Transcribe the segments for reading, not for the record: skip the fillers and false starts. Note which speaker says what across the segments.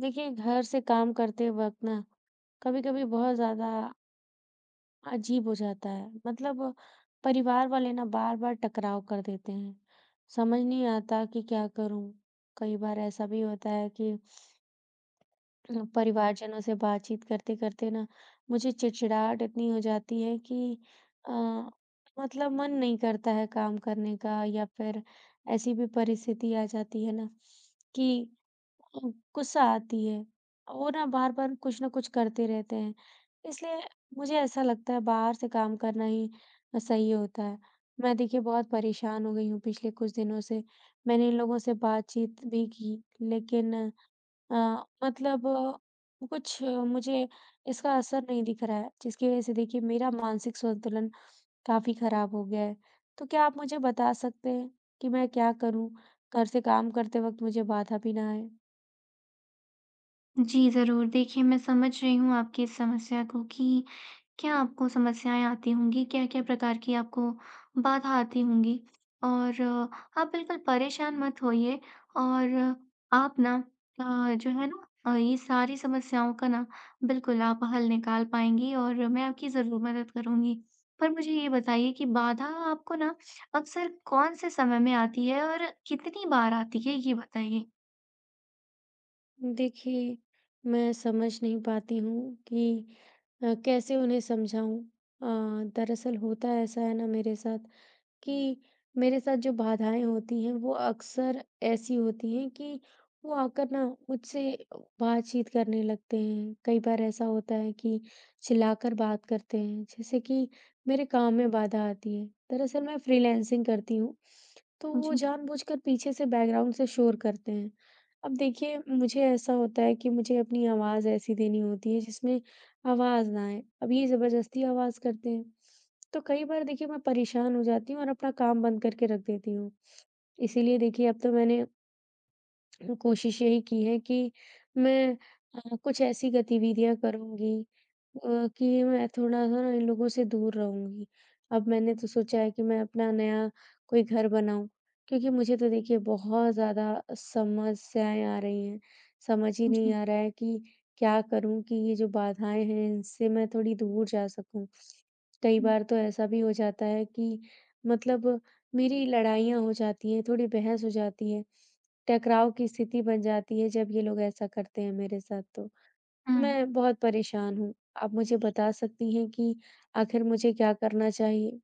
Speaker 1: देखिए, घर से काम करते वक़्त ना कभी-कभी बहुत ज़्यादा अजीब हो जाता है। मतलब परिवार वाले ना बार-बार टकराव कर देते हैं। समझ नहीं आता कि क्या करूँ? कई बार ऐसा भी होता है कि परिवारजनों से बातचीत करते-करते ना मुझे चिड़चिड़ाहट इतनी हो जाती है कि अ, मतलब मन नहीं करता है काम करने का या फिर ऐसी भी परिस्थिति आ जाती है ना कि हाँ, गुस्सा आती है। वो ना बार-बार कुछ न कुछ करते रहते हैं। इसलिए मुझे ऐसा लगता है बाहर से काम करना ही सही होता है। मैं देखिए बहुत परेशान हो गई हूँ पिछले कुछ दिनों से। मैंने इन लोगों से बातचीत भी की लेकिन अ, मतलब अ, मुझे इसका असर नहीं दिख रहा है जिसकी वज़ह से देखिए मेरा मानसिक संतुलन काफ़ी ख़राब हो गया है। तो क्या आप मुझे बता सकते हैं कि मैं क्या करूँ घर से काम करते वक़्त मुझे बाधा भी ना आए?
Speaker 2: जी, ज़रूर। देखिए, मैं समझ रही हूँ आपकी इस समस्या को कि क्या आपको समस्याएँ आती होंगी, क्या-क्या प्रकार की आपको बाधा आती होंगी। आप बिल्कुल परेशान मत होइए और अ, आप ना जो है ना ये सारी समस्याओं का ना बिल्कुल आप हल निकाल पाएँगी और मैं आपकी ज़रूर मदद करूँगी। पर मुझे ये बताइए कि बाधा आपको ना अक्सर कौन से समय में आती है और कितनी बार आती है, ये बताइए?
Speaker 1: देखिए, मैं समझ नहीं पाती हूँ कि कैसे उन्हें समझाऊँ। दरअसल होता ऐसा है ना मेरे साथ कि मेरे साथ जो बाधाएँ होती हैं, वो अक्सर ऐसी होती हैं कि वो आकर ना मुझसे बातचीत करने लगते हैं। कई बार ऐसा होता है कि चिल्लाकर बात करते हैं, जैसे कि मेरे काम में बाधा आती है। दरअसल मैं फ्रीलांसिंग करती हूँ, तो वो
Speaker 2: जी,
Speaker 1: जानबूझकर पीछे से बैकग्राउंड से शोर करते हैं। अब देखिए, मुझे ऐसा होता है कि मुझे अपनी आवाज़ ऐसी देनी होती है जिसमें आवाज़ ना आए। अब ये ज़बरदस्ती आवाज़ करते हैं। तो कई बार देखिए मैं परेशान हो जाती हूँ और अपना काम बंद करके रख देती हूँ। इसीलिए देखिए अब तो मैंने कोशिश यही की है कि मैं कुछ ऐसी गतिविधियाँ करूँगी अ, कि मैं थोड़ा-सा ना इन लोगों से दूर रहूँगी। अब मैंने तो सोचा है कि मैं अपना नया कोई घर बनाऊँ, क्योंकि मुझे तो देखिए बहुत ज़्यादा समस्याएँ आ रही हैं। समझ ही नहीं
Speaker 2: जी।
Speaker 1: आ रहा है कि क्या करूँ कि ये जो बाधाएँ हैं, इनसे मैं थोड़ी दूर जा सकूँ। कई
Speaker 2: हुँ,
Speaker 1: बार तो ऐसा भी हो जाता है कि मतलब मेरी लड़ाइयाँ हो जाती हैं, थोड़ी बहस हो जाती है। टकराव की स्थिति बन जाती है जब ये लोग ऐसा करते हैं मेरे साथ तो।
Speaker 2: हुँ।
Speaker 1: मैं बहुत परेशान हूँ, आप मुझे बता सकती हैं कि आखिर मुझे क्या करना चाहिए?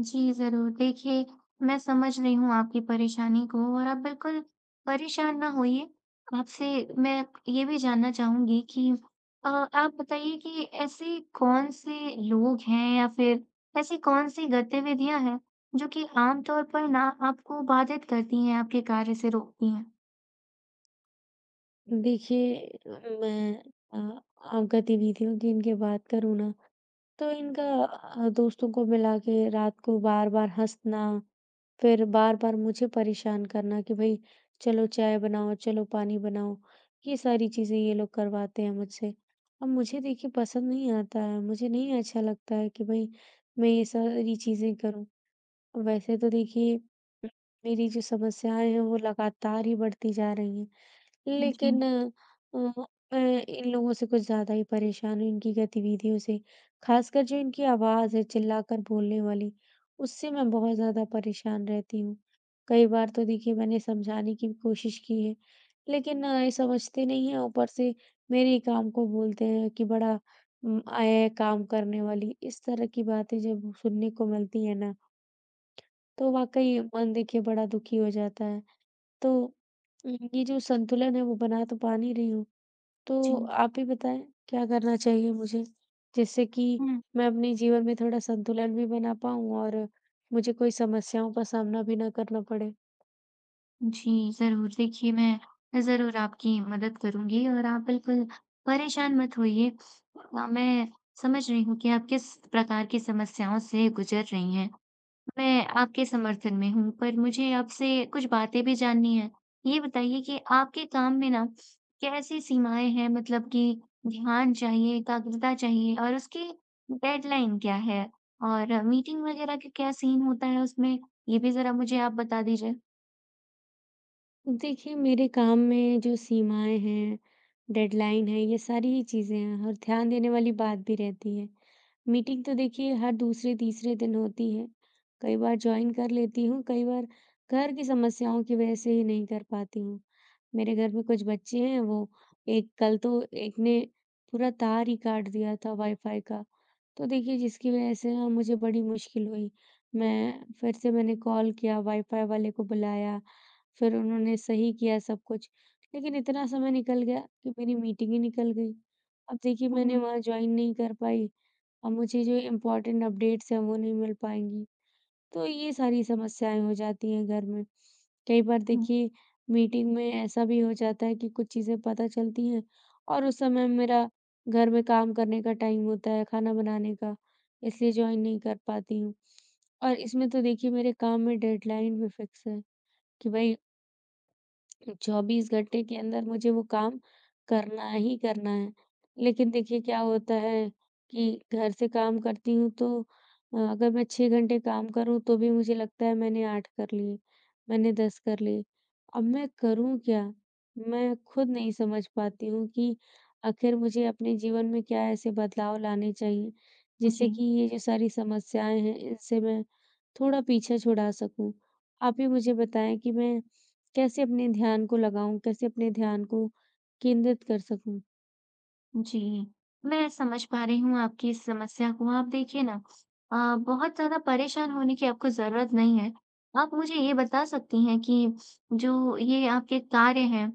Speaker 2: जी, ज़रूर। देखिए, मैं समझ रही हूँ आपकी परेशानी को और आप बिल्कुल परेशान ना होइए। आपसे मैं ये भी जानना चाहूँगी कि आप बताइए कि ऐसे कौन-से लोग हैं या फिर ऐसी कौन-सी गतिविधियाँ हैं, जो कि आम तौर पर ना आपको बाधित करती हैं, आपके कार्य से रोकती हैं?
Speaker 1: देखिए, मैं गतिविधियों की इनके बात करूँ ना तो इनका दोस्तों को मिला के रात को बार-बार हँसना, फिर बार-बार मुझे परेशान करना कि भई चलो चाय बनाओ, चलो पानी बनाओ, ये सारी चीज़ें ये लोग करवाते हैं मुझसे। अब मुझे देखिए पसंद नहीं आता है, मुझे नहीं अच्छा लगता है कि भई मैं ये सारी चीज़ें करूँ। वैसे तो देखिए मेरी जो समस्याएँ हैं वो लगातार ही बढ़ती जा रही हैं।
Speaker 2: जी,
Speaker 1: लेकिन मैं इन लोगों से कुछ ज़्यादा ही परेशान हूँ, इनकी गतिविधियों से। खासकर जो इनकी आवाज़ है चिल्लाकर बोलने वाली, उससे मैं बहुत ज़्यादा परेशान रहती हूँ। कई बार तो देखिए मैंने समझाने की भी कोशिश की है, लेकिन ये समझते नहीं हैं, ऊपर से मेरे ही काम को बोलते हैं कि बड़ा आया है काम करने वाली। इस तरह की बातें जब सुनने को मिलती हैं ना, तो वाक़ई मन देखिए बड़ा दुखी हो जाता है। तो ये जो संतुलन है वो बना तो पा नहीं रही हूँ।
Speaker 2: जी।
Speaker 1: तो आप ही बताएँ क्या करना चाहिए मुझे? जिससे कि
Speaker 2: हुँ।
Speaker 1: मैं अपने जीवन में थोड़ा संतुलन भी बना पाऊँ और मुझे कोई समस्याओं का सामना भी ना करना पड़े।
Speaker 2: जी, ज़रूर। देखिए, मैं ज़रूर आपकी मदद करूँगी और आप बिल्कुल परेशान मत होइए। मैं समझ रही हूँ कि आप किस प्रकार की समस्याओं से गुज़र रही हैं। मैं आपके समर्थन में हूँ, पर मुझे आपसे कुछ बातें भी जाननी हैं। ये बताइए कि आपके काम में ना कैसी सीमाएँ हैं? मतलब कि ध्यान चाहिए, एकाग्रता चाहिए और उसकी डेडलाइन क्या है? और मीटिंग वग़ैरह का क्या सीन होता है उसमें? ये भी ज़रा मुझे आप बता दीजिए।
Speaker 1: देखिए मेरे काम में जो सीमाएँ हैं, डेडलाइन है, ये सारी ही चीज़ें हैं और ध्यान देने वाली बात भी रहती है। मीटिंग तो देखिए हर दूसरे-तीसरे दिन होती है। कई बार जॉइन कर लेती हूँ, कई बार घर की समस्याओं की वजह से ही नहीं कर पाती हूँ। मेरे घर में कुछ बच्चे हैं, वो एक कल तो एक ने पूरा तार ही काट दिया था वाईफ़ाई का। तो देखिए जिसकी वजह से ना मुझे बड़ी मुश्किल हुई। मैं फिर से मैंने कॉल किया, वाईफ़ाई वाले को बुलाया, फिर उन्होंने सही किया सब कुछ। लेकिन इतना समय निकल गया कि मेरी मीटिंग ही निकल गई। अब देखिए मैंने
Speaker 2: हुँ।
Speaker 1: वहाँ जॉइन नहीं कर पाई और मुझे जो इम्पोर्टेंट अपडेट्स हैं वो नहीं मिल पाएँगी। तो ये सारी समस्याएँ हो जाती हैं घर में। कई बार देखिए मीटिंग में ऐसा भी हो जाता है कि कुछ चीज़ें पता चलती हैं और उस समय मेरा घर में काम करने का टाइम होता है, खाना बनाने का, इसलिए जॉइन नहीं कर पाती हूँ। और इसमें तो देखिए मेरे काम में डेडलाइन भी फिक्स है कि भई 24 घंटे के अंदर मुझे वो काम करना ही करना है। लेकिन देखिए क्या होता है कि घर से काम करती हूँ तो अगर मैं 6 घंटे काम करूँ तो भी मुझे लगता है मैंने 8 कर लिए, मैंने 10 कर लिए। अब मैं करूँ क्या? मैं खुद नहीं समझ पाती हूँ कि आखिर मुझे अपने जीवन में क्या ऐसे बदलाव लाने चाहिए
Speaker 2: जी,
Speaker 1: जिससे कि ये जो सारी समस्याएँ हैं इनसे मैं थोड़ा पीछा छुड़ा सकूँ। आप ही मुझे बताएँ कि मैं कैसे अपने ध्यान को लगाऊँ, कैसे अपने ध्यान को केंद्रित कर सकूँ।
Speaker 2: जी। मैं समझ पा रही हूँ आपकी इस समस्या को। आप देखिए ना बहुत ज़्यादा परेशान होने की आपको ज़रूरत नहीं है। आप मुझे ये बता सकती हैं कि जो ये आपके कार्य हैं,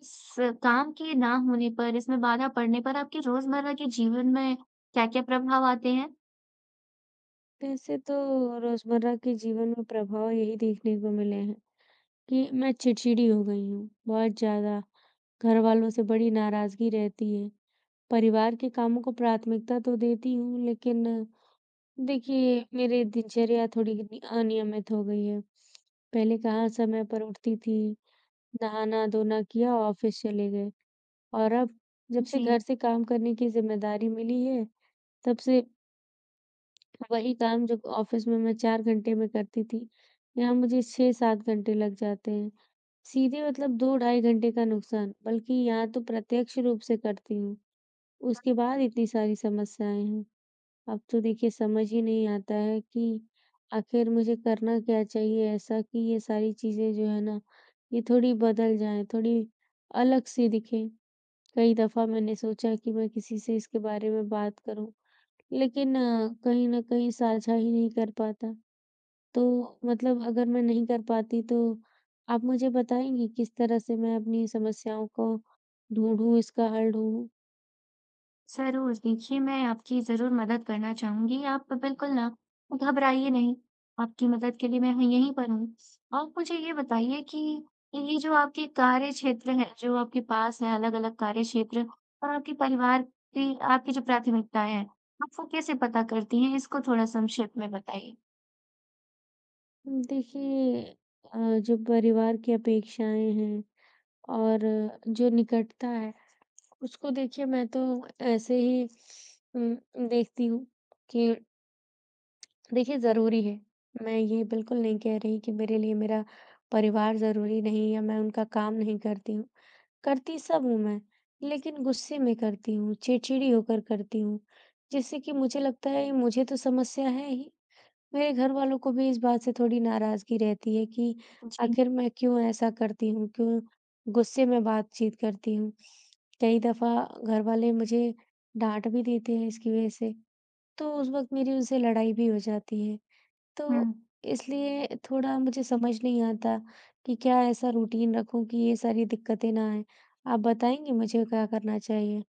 Speaker 2: इस काम के ना होने पर, इसमें बाधा पड़ने पर आपके रोज़मर्रा के जीवन में क्या-क्या प्रभाव आते हैं?
Speaker 1: वैसे तो रोज़मर्रा के जीवन में प्रभाव यही देखने को मिले हैं कि मैं चिड़चिड़ी हो गई हूँ, बहुत ज़्यादा। घरवालों से बड़ी नाराज़गी रहती है। परिवार के कामों को प्राथमिकता तो देती हूँ, लेकिन देखिए मेरी दिनचर्या थोड़ी कितनी अनियमित हो गई है। पहले कहाँ समय पर उठती थी, नहाना-धोना किया, ऑफ़िस चले गए और अब जब से
Speaker 2: जी।
Speaker 1: घर से काम करने की ज़िम्मेदारी मिली है, तब से वही काम जो ऑफिस में मैं 4 घंटे में करती थी, यहाँ मुझे 6-7 घंटे लग जाते हैं। सीधे मतलब 2 ढाई घंटे का नुकसान, बल्कि यहाँ तो प्रत्यक्ष रूप से करती हूँ, उसके बाद इतनी सारी समस्याएँ हैं। अब तो देखिए समझ ही नहीं आता है कि आखिर मुझे करना क्या चाहिए ऐसा कि ये सारी चीज़ें जो है ना, ये थोड़ी बदल जाएँ, थोड़ी अलग-सी दिखें। कई दफ़ा मैंने सोचा कि मैं किसी से इसके बारे में बात करूँ, लेकिन कहीं न कहीं साझा ही नहीं कर पाता। तो मतलब अगर मैं नहीं कर पाती तो आप मुझे बताएँगी किस तरह से मैं अपनी समस्याओं को ढूँढूँ, इसका हल ढूँढूँ?
Speaker 2: ज़रूर, देखिए मैं आपकी ज़रूर मदद करना चाहूँगी, आप बिल्कुल ना घबराइए नहीं, आपकी मदद के लिए मैं ह यहीं पर हूँ। आप मुझे ये बताइए कि ये जो आपके कार्यक्षेत्र हैं, जो आपके पास हैं अलग-अलग कार्यक्षेत्र और आपके परिवार की आपकी जो प्राथमिकताएँ हैं, आप वो कैसे पता करती हैं? इसको थोड़ा संक्षेप में बताइए?
Speaker 1: देखिए जो परिवार की अपेक्षाएँ हैं और जो निकटता है, उसको देखिए मैं तो ऐसे ही उम, देखती हूँ कि देखिए ज़रूरी है। मैं ये बिल्कुल नहीं कह रही कि मेरे लिए मेरा परिवार ज़रूरी नहीं या मैं उनका काम नहीं करती हूँ। करती सब हूँ मैं, लेकिन गुस्से में करती हूँ, चिड़चिड़ी होकर करती हूँ, जिससे कि मुझे लगता है ये मुझे तो समस्या है ही, मेरे घरवालों को भी इस बात से थोड़ी नाराज़गी रहती है कि
Speaker 2: जी।
Speaker 1: आखिर मैं क्यों ऐसा करती हूँ, क्यों गुस्से में बातचीत करती हूँ। कई दफ़ा घरवाले मुझे डाँट भी देते हैं इसकी वजह से, तो उस वक़्त मेरी उनसे लड़ाई भी हो जाती है। तो
Speaker 2: हुँ।
Speaker 1: इसलिए थोड़ा मुझे समझ नहीं आता कि क्या ऐसा रूटीन रखूं कि ये सारी दिक्कतें ना आए। आप बताएँगे मुझे क्या करना चाहिए?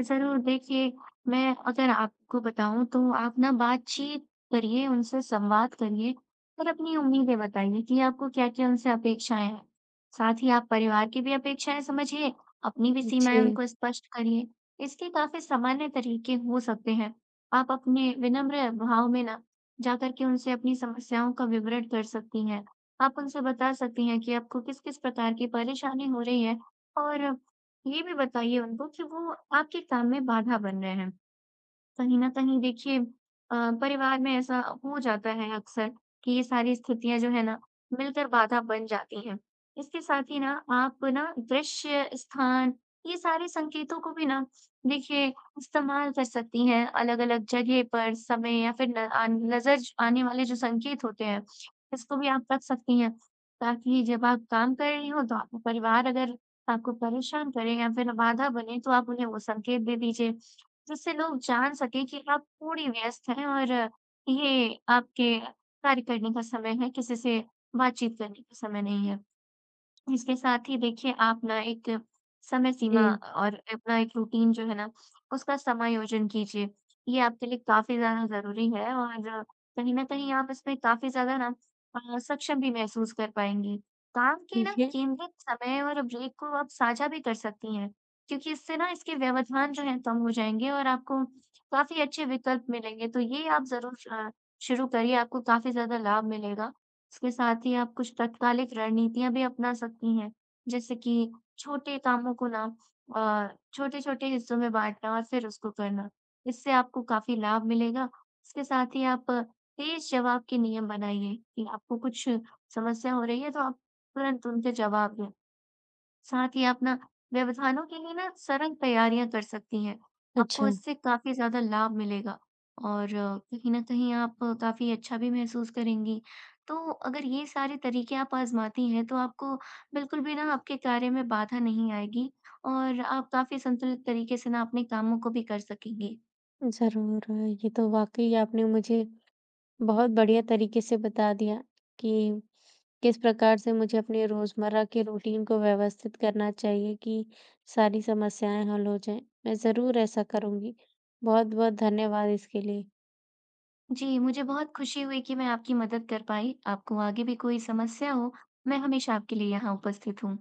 Speaker 2: ज़रूर, देखिए मैं अगर आपको बताऊँ तो आप ना बातचीत करिए, उनसे संवाद करिए और अपनी उम्मीदें बताइए कि आपको क्या-क्या उनसे अपेक्षाएँ हैं। साथ ही आप परिवार की भी अपेक्षाएँ समझिए, अपनी भी सीमाएँ
Speaker 1: जी,
Speaker 2: उनको स्पष्ट करिए। इसके काफ़ी सामान्य तरीके हो सकते हैं। आप अपने विनम्र भाव में ना जाकर के उनसे अपनी समस्याओं का विवरण कर सकती हैं। आप उनसे बता सकती हैं कि आपको किस-किस प्रकार की परेशानी हो रही है और ये भी बताइए उनको कि वो आपके काम में बाधा बन रहे हैं। कहीं न कहीं देखिए अ, परिवार में ऐसा हो जाता है अक्सर कि ये सारी स्थितियाँ जो है ना, मिलकर बाधा बन जाती हैं। इसके साथ ही ना आप ना दृश्य, स्थान, ये सारे संकेतों को भी ना देखिए इस्तेमाल कर सकती हैं, अलग-अलग जगह पर, समय या फिर न अ, नज़र आने वाले जो संकेत होते हैं, इसको भी आप रख सकती हैं। ताकि जब आप काम कर रही हो तो आपका परिवार अगर आपको परेशान करे या फिर बाधा बने, तो आप उन्हें वो संकेत दे दीजिए। जिससे लोग जान सकें कि आप थोड़ी व्यस्त हैं और ये आपके कार्य करने का समय है, किसी से बातचीत करने का समय नहीं है। इसके साथ ही देखिए आप ना एक समय सीमा
Speaker 1: जी,
Speaker 2: और अपना एक रूटीन जो है ना उसका समायोजन कीजिए। ये आपके लिए काफ़ी ज़्यादा ज़रूरी है और कहीं न कहीं आप इसमें काफ़ी ज़्यादा ना सक्षम भी महसूस कर पाएँगी। काम के ना
Speaker 1: ठीक है।
Speaker 2: केंद्रित समय और ब्रेक को आप साझा भी कर सकती हैं, क्योंकि इससे ना इसके व्यवधान जो हैं कम हो जाएँगे और आपको काफ़ी अच्छे विकल्प मिलेंगे। तो ये आप ज़रूर शुरू करिए, आपको काफ़ी ज़्यादा लाभ मिलेगा। इसके साथ ही आप कुछ तात्कालिक रणनीतियाँ भी अपना सकती हैं, जैसे कि छोटे कामों को ना अ, छोटे-छोटे हिस्सों में बाँटना और फिर उसको करना। इससे आपको काफ़ी लाभ मिलेगा। इसके साथ ही आप तेज़ जवाब के नियम बनाइए कि आपको कुछ समस्या हो रही है, तो आप तुरंत उनके जवाब दें। साथ ही आप ना व्यवधानों के लिए ना सरल तैयारियां कर सकती हैं। आपको
Speaker 1: अच्छा,
Speaker 2: इससे काफ़ी ज़्यादा लाभ मिलेगा और कहीं न कहीं आप काफ़ी अच्छा भी महसूस करेंगी। तो अगर ये सारे तरीके आप आज़माती हैं तो आपको बिल्कुल भी ना आपके कार्य में बाधा नहीं आएगी और आप काफ़ी संतुलित तरीके से ना अपने कामों को भी कर सकेंगी।
Speaker 1: ज़रूर। ये तो वाक़ई आपने मुझे बहुत बढ़िया तरीके से बता दिया कि किस प्रकार से मुझे अपने रोज़मर्रा के रूटीन को व्यवस्थित करना चाहिए कि सारी समस्याएँ हल हो जाएँ। मैं ज़रूर ऐसा करूँगी। बहुत-बहुत धन्यवाद इसके लिए।
Speaker 2: जी, मुझे बहुत खुशी हुई कि मैं आपकी मदद कर पाई। आपको आगे भी कोई समस्या हो, मैं हमेशा आपके लिए यहाँ उपस्थित हूँ।